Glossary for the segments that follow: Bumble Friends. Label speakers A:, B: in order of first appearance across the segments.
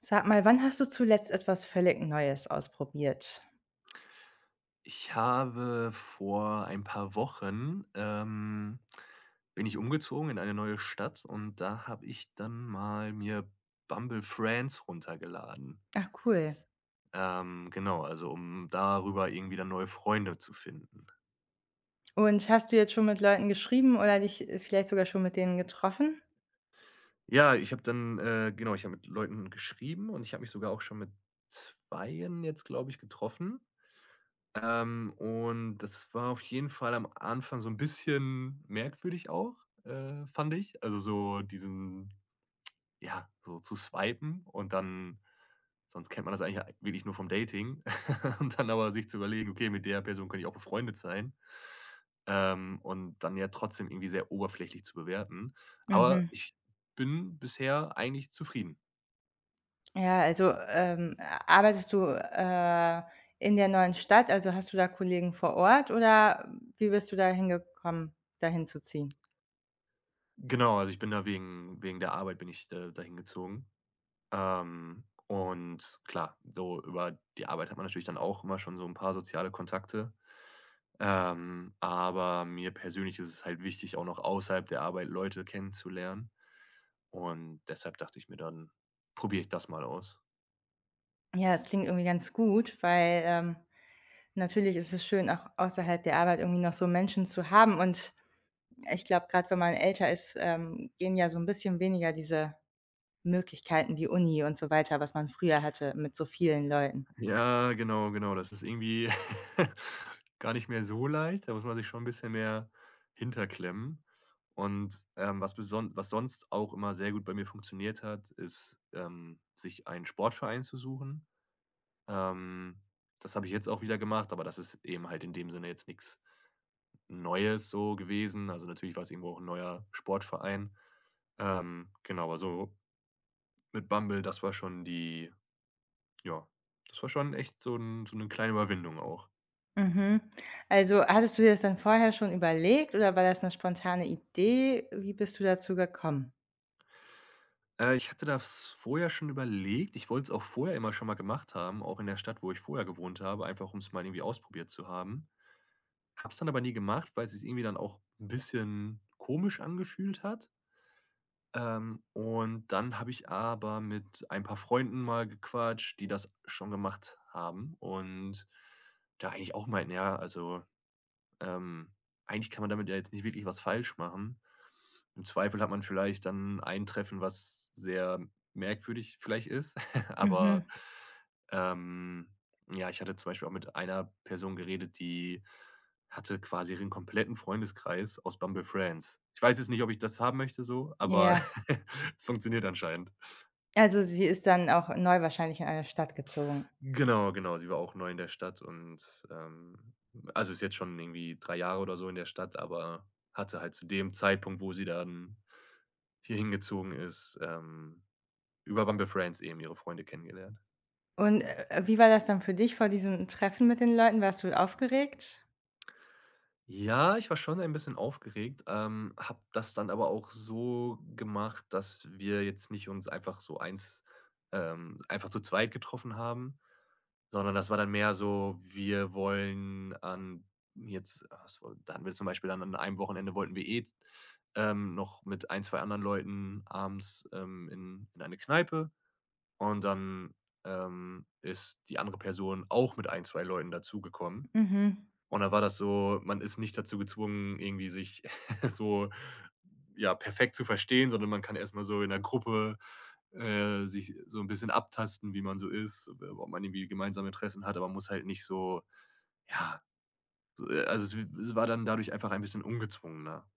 A: Sag mal, wann hast du zuletzt etwas völlig Neues ausprobiert?
B: Ich habe vor ein paar Wochen, bin ich umgezogen in eine neue Stadt und da habe ich dann mal mir Bumble Friends runtergeladen.
A: Ach cool.
B: Genau, also um darüber irgendwie dann neue Freunde zu finden.
A: Und hast du jetzt schon mit Leuten geschrieben oder dich vielleicht sogar schon mit denen getroffen?
B: Ja, ich habe dann, genau, ich habe mit Leuten geschrieben und ich habe mich sogar auch schon mit zweien jetzt, glaube ich, getroffen. Und das war auf jeden Fall am Anfang so ein bisschen merkwürdig auch, fand ich. Also so diesen Ja, so zu swipen, und dann sonst kennt man das eigentlich wirklich nur vom Dating, und dann aber sich zu überlegen: „Okay, mit der Person könnte ich auch befreundet sein.“ Und dann ja trotzdem irgendwie sehr oberflächlich zu bewerten. Aber
A: Mhm.
B: ich bin bisher eigentlich zufrieden.
A: Ja, also, arbeitest du, in der neuen Stadt? Also, hast du da Kollegen vor Ort oder wie bist du da hingekommen, dahin zu ziehen?
B: Genau, also ich bin da wegen der Arbeit bin ich da dahin gezogen. Und klar, so über die Arbeit hat man natürlich dann auch immer schon so ein paar soziale Kontakte. Aber mir persönlich ist es halt wichtig, auch noch außerhalb der Arbeit Leute kennenzulernen. Und deshalb dachte ich mir dann, probiere ich das mal aus.
A: Ja, es klingt irgendwie ganz gut, weil natürlich ist es schön, auch außerhalb der Arbeit irgendwie noch so Menschen zu haben und ich glaube, gerade wenn man älter ist, gehen ja so ein bisschen weniger diese Möglichkeiten wie Uni und so weiter, was man früher hatte mit so vielen Leuten.
B: Ja, genau, genau. Das ist irgendwie gar nicht mehr so leicht. Da muss man sich schon ein bisschen mehr hinterklemmen. Und was, beson was sonst auch immer sehr gut bei mir funktioniert hat, ist, sich einen Sportverein zu suchen. Ähm, das habe ich jetzt auch wieder gemacht, aber das ist eben halt in dem Sinne jetzt nichts Neues so gewesen. Also, natürlich war es irgendwo auch ein neuer Sportverein. Genau, aber so mit Bumble, das war schon die ja, das war schon echt so 'n so 'ne kleine Überwindung auch.
A: Mhm. Also, hattest du dir das dann vorher schon überlegt oder war das 'ne spontane Idee? Wie bist du dazu gekommen?
B: Ich hatte das vorher schon überlegt. Ich wollte es auch vorher immer schon mal gemacht haben, auch in der Stadt, wo ich vorher gewohnt habe, einfach um es mal irgendwie ausprobiert zu haben. Habe es dann aber nie gemacht, weil es sich irgendwie dann auch 'n bisschen komisch angefühlt hat. Und dann habe ich aber mit ein paar Freunden mal gequatscht, die das schon gemacht haben, und da eigentlich auch meinten: „Ja, also, ähm, eigentlich kann man damit ja jetzt nicht wirklich was falsch machen.“ Im Zweifel hat man vielleicht dann ein Treffen, was sehr merkwürdig vielleicht ist,
A: Mhm.
B: aber, ähm, ja, ich hatte zum Beispiel auch mit einer Person geredet, die hatte quasi ihren kompletten Freundeskreis aus Bumble Friends. Ich weiß jetzt nicht, ob ich das haben möchte so, aber
A: Ja.
B: es funktioniert anscheinend.
A: Also, sie ist dann auch neu wahrscheinlich in eine Stadt gezogen.
B: Genau, genau, sie war auch neu in der Stadt und, also, ist jetzt schon irgendwie 3 Jahre oder so in der Stadt, aber hatte halt zu dem Zeitpunkt, wo sie dann hier hingezogen ist, über Bumble Friends eben ihre Freunde kennengelernt.
A: Und, wie war das dann für dich vor diesem Treffen mit den Leuten? Warst du aufgeregt?
B: Ja, ich war schon ein bisschen aufgeregt, habe das dann aber auch so gemacht, dass wir jetzt nicht uns einfach so eins einfach zu zweit getroffen haben, sondern das war dann mehr so, wir wollen an jetzt ah, was woll da hatten wir zum Beispiel dann an einem Wochenende wollten wir eh, noch mit ein, 2 anderen Leuten abends, in eine Kneipe, und dann, ist die andere Person auch mit ein, 2 Leuten dazugekommen.
A: Mhm.
B: Und da war das so, man ist nicht dazu gezwungen, irgendwie sich so, ja, perfekt zu verstehen, sondern man kann erstmal so in der Gruppe, sich so ein bisschen abtasten, wie man so ist, ob man irgendwie gemeinsame Interessen hat, aber man muss halt nicht so ja, so, also, es war dann dadurch einfach ein bisschen ungezwungener.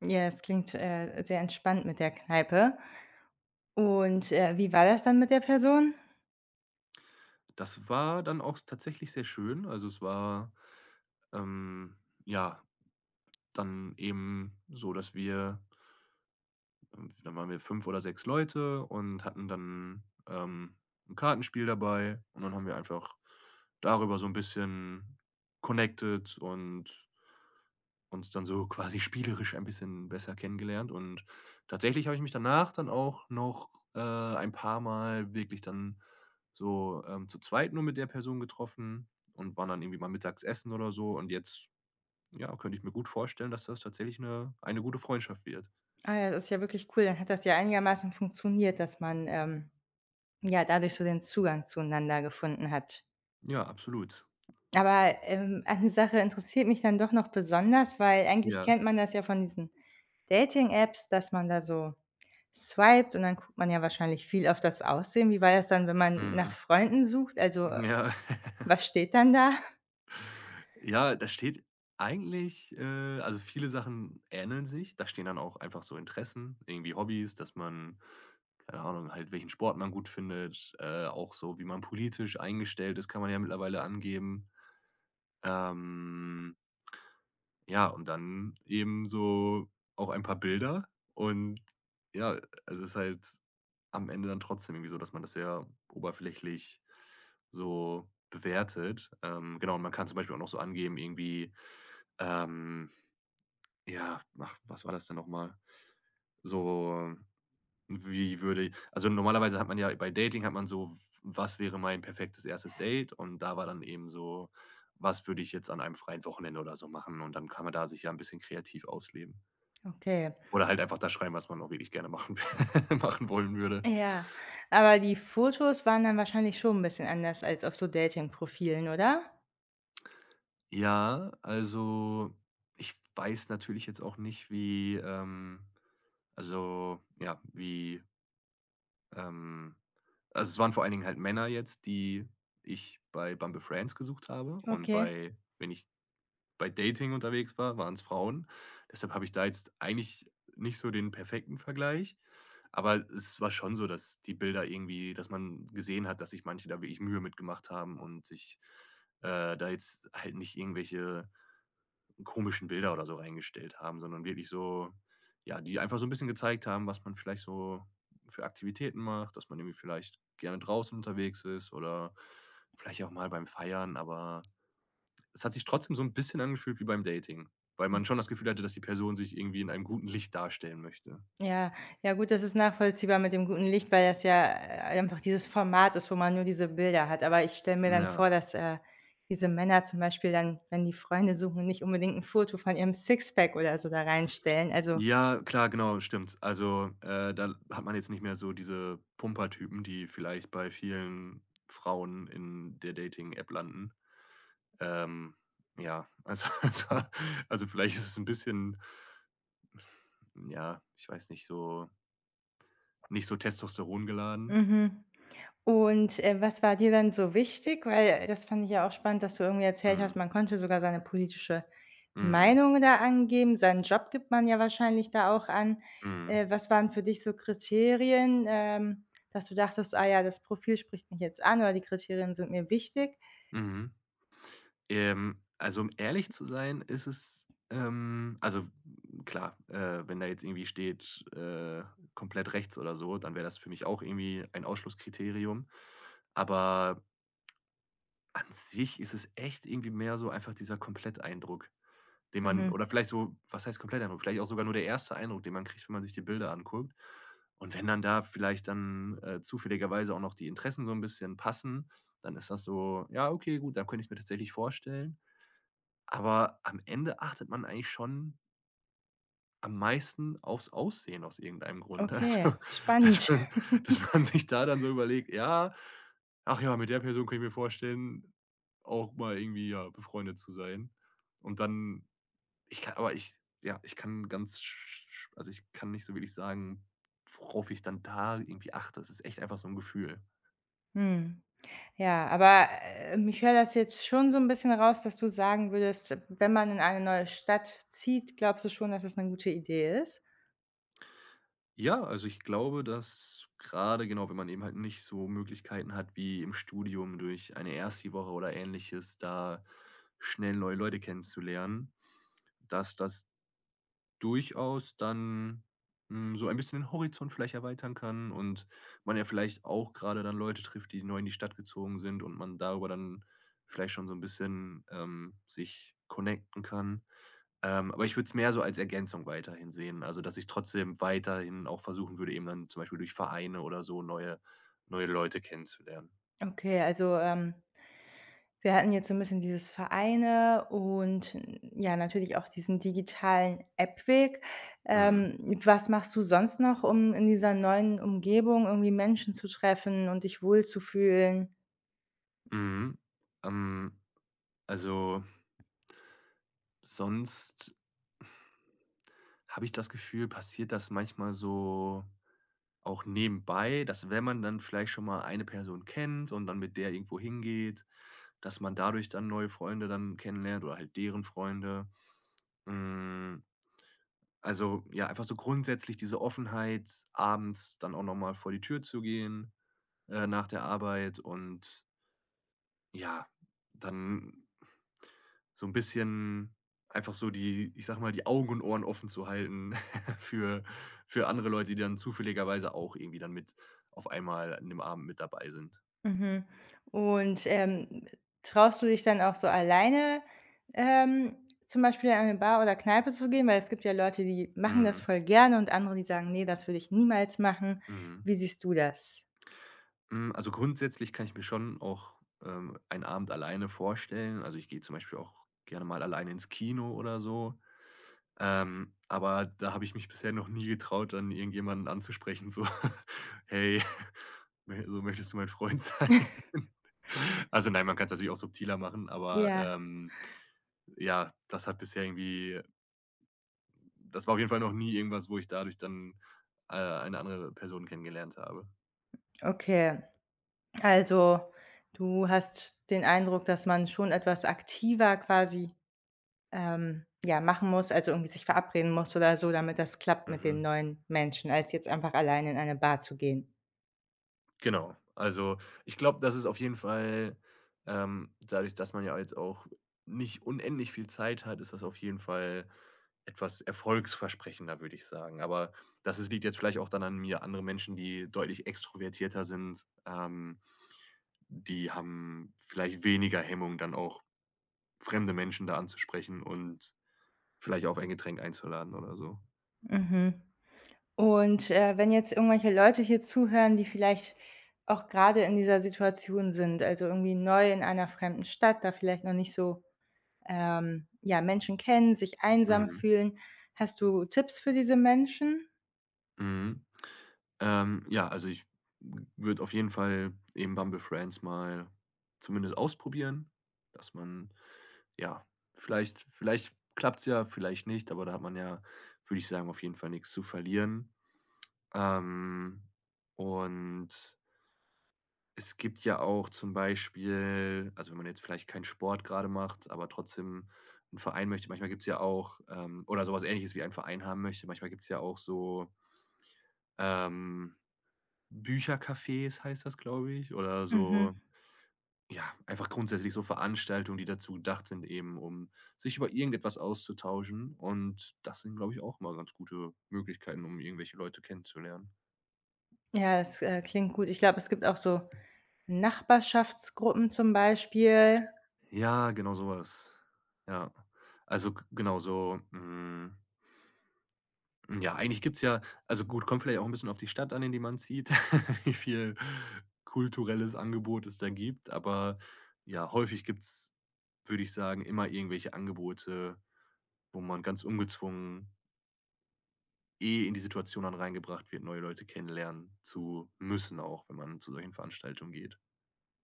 A: Ja, es klingt, sehr entspannt mit der Kneipe. Und, wie war das dann mit der Person?
B: Das war dann auch tatsächlich sehr schön. Also, es war, ähm, ja, dann eben so, dass wir dann waren wir 5 oder 6 Leute und hatten dann, 'n Kartenspiel dabei, und dann haben wir einfach darüber so ein bisschen connected und uns dann so quasi spielerisch ein bisschen besser kennengelernt. Und tatsächlich habe ich mich danach dann auch noch, ein paar mal wirklich dann so, zu zweit nur mit der Person getroffen und waren dann irgendwie mal mittags essen oder so. Und jetzt, ja, könnte ich mir gut vorstellen, dass das tatsächlich eine gute Freundschaft wird.
A: Ah ja, das ist ja wirklich cool. Dann hat das ja einigermaßen funktioniert, dass man, ja, dadurch so den Zugang zueinander gefunden hat.
B: Ja, absolut.
A: Aber, eine Sache interessiert mich dann doch noch besonders, weil eigentlich
B: Ja.
A: kennt man das ja von diesen Dating-Apps, dass man da so swiped und dann guckt man ja wahrscheinlich viel auf das Aussehen. Wie war das dann, wenn man nach
B: Mhm.
A: Freunden sucht? Also,
B: Ja,
A: was steht dann da?
B: ja, da steht eigentlich, also, viele Sachen ähneln sich. Da stehen dann auch einfach so Interessen, irgendwie Hobbys, dass man keine Ahnung, halt welchen Sport man gut findet, auch so, wie man politisch eingestellt ist, kann man ja mittlerweile angeben. Ähm Ja, und dann eben so auch ein paar Bilder und ja, es ist halt am Ende dann trotzdem irgendwie so, dass man das sehr oberflächlich so bewertet. Genau, und man kann zum Beispiel auch noch so angeben, irgendwie, ähm, ja, ach, was war das denn noch mal? So wie würde Also, normalerweise hat man ja bei Dating hat man so: „Was wäre mein perfektes erstes Date?“ Und da war dann eben so: „Was würde ich jetzt an einem freien Wochenende oder so machen?“ Und dann kann man da sich ja 'n bisschen kreativ ausleben.
A: Okay.
B: Oder halt einfach das schreiben, was man auch wirklich gerne machen w machen wollen würde.
A: Ja, aber die Fotos waren dann wahrscheinlich schon ein bisschen anders als auf so Dating-Profilen, oder?
B: Ja, also, ich weiß natürlich jetzt auch nicht, wie, also, ja, wie, ähm also, es waren vor allen Dingen halt Männer jetzt, die ich bei Bumble Friends gesucht habe, und
A: Okay.
B: bei wenn ich bei Dating unterwegs war, waren es Frauen. Deshalb habe ich da jetzt eigentlich nicht so den perfekten Vergleich, aber es war schon so, dass die Bilder irgendwie, dass man gesehen hat, dass sich manche da wirklich Mühe mitgemacht haben und sich, da jetzt halt nicht irgendwelche komischen Bilder oder so reingestellt haben, sondern wirklich so ja, die einfach so ein bisschen gezeigt haben, was man vielleicht so für Aktivitäten macht, dass man irgendwie vielleicht gerne draußen unterwegs ist oder vielleicht auch mal beim Feiern, aber es hat sich trotzdem so ein bisschen angefühlt wie beim Dating, weil man schon das Gefühl hatte, dass die Person sich irgendwie in einem guten Licht darstellen möchte.
A: Ja, ja gut, das ist nachvollziehbar mit dem guten Licht, weil das ja, einfach dieses Format ist, wo man nur diese Bilder hat. Aber ich stelle mir dann
B: Ja.
A: vor, dass diese Männer zum Beispiel dann, wenn die Freunde suchen, nicht unbedingt ein Foto von ihrem Sixpack oder so da reinstellen. Also
B: Ja, klar, genau, stimmt. Also, da hat man jetzt nicht mehr so diese Pumper-Typen, die vielleicht bei vielen Frauen in der Dating-App landen. Ähm, ja, also also vielleicht ist es ein bisschen, ja, ich weiß nicht, so nicht so testosterongeladen.
A: mhm. Und, was war dir dann so wichtig? Weil, das fand ich ja auch spannend, dass du irgendwie erzählt
B: Mhm.
A: hast, man konnte sogar seine politische
B: Mhm.
A: Meinung da angeben. Seinen Job gibt man ja wahrscheinlich da auch an.
B: Mhm.
A: Was waren für dich so Kriterien, dass du dachtest: „Ah ja, das Profil spricht mich jetzt an“ oder die Kriterien sind mir wichtig?
B: Mhm. Also, um ehrlich zu sein, ist es also klar, wenn da jetzt irgendwie steht, komplett rechts oder so, dann wäre das für mich auch irgendwie ein Ausschlusskriterium. Aber an sich ist es echt irgendwie mehr so einfach dieser Kompletteindruck, den man,
A: Mhm,
B: oder vielleicht so, was heißt Kompletteindruck? Vielleicht auch sogar nur der erste Eindruck, den man kriegt, wenn man sich die Bilder anguckt. Und wenn dann da vielleicht dann, zufälligerweise auch noch die Interessen so ein bisschen passen, dann ist das so: „Ja, okay, gut, da könnte ich's mir tatsächlich vorstellen.“ Aber am Ende achtet man eigentlich schon am meisten aufs Aussehen aus irgendeinem Grund.
A: okay,
B: Also, dass
A: spannend.
B: man dass man sich da dann so überlegt: „Ja, ach ja, mit der Person kann ich mir vorstellen, auch mal irgendwie, ja, befreundet zu sein.“ Und dann ich kann aber ich ja, ich kann ganz sch also, ich kann nicht so wirklich sagen, worauf ich dann da irgendwie achte. Es ist echt einfach so ein Gefühl.
A: Mhm. Ja, aber, ich höre das jetzt schon so ein bisschen raus, dass du sagen würdest, wenn man in eine neue Stadt zieht, glaubst du schon, dass das eine gute Idee ist?
B: Ja, also ich glaube, dass gerade genau, wenn man eben halt nicht so Möglichkeiten hat wie im Studium durch eine Erstliwoche oder Ähnliches, da schnell neue Leute kennenzulernen, dass das durchaus dann, hm, so ein bisschen den Horizont vielleicht erweitern kann, und man ja vielleicht auch gerade dann Leute trifft, die neu in die Stadt gezogen sind, und man darüber dann vielleicht schon so ein bisschen, sich connecten kann. Aber ich würde es mehr so als Ergänzung weiterhin sehen. Also, dass ich trotzdem weiterhin auch versuchen würde, eben dann zum Beispiel durch Vereine oder so neue Leute kennenzulernen.
A: Okay, also, wir hatten jetzt so ein bisschen dieses Vereine und, ja, natürlich auch diesen digitalen App-Weg.
B: Mhm.
A: Ähm, was machst du sonst noch, um in dieser neuen Umgebung irgendwie Menschen zu treffen und dich wohlzufühlen?
B: Mhm. Ähm, also, sonst habe ich das Gefühl, passiert das manchmal so auch nebenbei, dass wenn man dann vielleicht schon mal eine Person kennt und dann mit der irgendwo hingeht, dass man dadurch dann neue Freunde dann kennenlernt oder halt deren Freunde. Hm. Also, ja, einfach so grundsätzlich diese Offenheit, abends dann auch noch mal vor die Tür zu gehen, nach der Arbeit, und ja, dann so ein bisschen einfach so die, ich sage mal, die Augen und Ohren offen zu halten für für andere Leute, die dann zufälligerweise auch irgendwie dann mit auf einmal an dem Abend mit dabei sind.
A: Mhm. Und, traust du dich dann auch so alleine, ähm, zum Beispiel an eine Bar oder Kneipe zu gehen? Weil es gibt ja Leute, die machen das
B: Mhm,
A: voll gerne und andere, die sagen: nee, das würde ich niemals machen.“
B: mhm.
A: Wie siehst du das?
B: Hm, also, grundsätzlich kann ich mir schon auch, einen Abend alleine vorstellen. Also, ich gehe zum Beispiel auch gerne mal alleine ins Kino oder so. Aber da habe ich mich bisher noch nie getraut, dann irgendjemanden anzusprechen, so: „Hey, mö so möchtest du mein Freund sein?“ Also, nein, man kann es natürlich auch subtiler machen, aber,
A: Ja,
B: ja, das hat bisher irgendwie, das war auf jeden Fall noch nie irgendwas, wo ich dadurch dann, eine andere Person kennengelernt habe.
A: okay. Also, du hast den Eindruck, dass man schon etwas aktiver quasi, ja, machen muss, also irgendwie sich verabreden muss oder so, damit das klappt mit den
B: Mhm.
A: neuen Menschen, als jetzt einfach alleine in eine Bar zu gehen?
B: Genau. Also, ich glaube, das ist auf jeden Fall, dadurch, dass man ja jetzt auch nicht unendlich viel Zeit hat, ist das auf jeden Fall etwas erfolgsversprechender, würde ich sagen. Aber das ist, liegt jetzt vielleicht auch dann an mir. Andere Menschen, die deutlich extrovertierter sind, die haben vielleicht weniger Hemmung, dann auch fremde Menschen da anzusprechen und vielleicht auf ein Getränk einzuladen oder so.
A: Mhm. Und, wenn jetzt irgendwelche Leute hier zuhören, die vielleicht auch gerade in dieser Situation sind, also irgendwie neu in einer fremden Stadt, da vielleicht noch nicht so ja, Menschen kennen, sich einsam
B: Mhm.
A: fühlen. Hast du Tipps für diese Menschen?
B: Mhm. Ja, also ich würde auf jeden Fall eben Bumble Friends mal zumindest ausprobieren, dass man ja, vielleicht klappt's ja, vielleicht nicht, aber da hat man ja, würde ich sagen, auf jeden Fall nichts zu verlieren. Ähm, und es gibt ja auch zum Beispiel, also wenn man jetzt vielleicht keinen Sport gerade macht, aber trotzdem einen Verein möchte, manchmal gibt's ja auch, oder so was Ähnliches wie einen Verein haben möchte, manchmal gibt's ja auch so, ähm Büchercafés heißt das, glaube ich, oder so,
A: Mhm.
B: ja, einfach grundsätzlich so Veranstaltungen, die dazu gedacht sind, eben um sich über irgendetwas auszutauschen, und das sind, glaube ich, auch immer ganz gute Möglichkeiten, um irgendwelche Leute kennenzulernen.
A: Ja, das, klingt gut. Ich glaube, es gibt auch so Nachbarschaftsgruppen zum Beispiel.
B: Ja, genau so was. Ja. Also, g genau so, hm, ja, eigentlich gibt's ja, also gut, kommt vielleicht auch ein bisschen auf die Stadt an, in die man zieht, wie viel kulturelles Angebot es da gibt, aber ja, häufig gibt's, würde ich sagen, immer irgendwelche Angebote, wo man ganz ungezwungen eh in die Situation dann reingebracht wird, neue Leute kennenlernen zu müssen, auch wenn man zu solchen Veranstaltungen geht.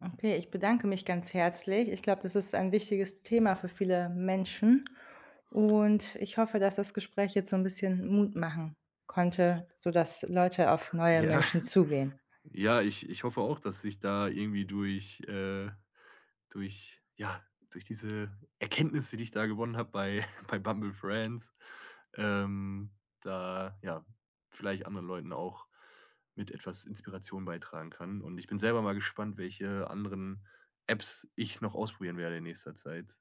A: Okay, ich bedanke mich ganz herzlich. Ich glaube, das ist ein wichtiges Thema für viele Menschen. Und ich hoffe, dass das Gespräch jetzt so ein bisschen Mut machen konnte, sodass Leute auf neue
B: Ja,
A: Menschen zugehen.
B: ja, ich hoffe auch, dass ich da irgendwie durch durch ja, durch diese Erkenntnisse, die ich da gewonnen habe bei bei Bumble Friends, ähm, da, ja, vielleicht anderen Leuten auch mit etwas Inspiration beitragen kann. Und ich bin selber mal gespannt, welche anderen Apps ich noch ausprobieren werde in nächster Zeit.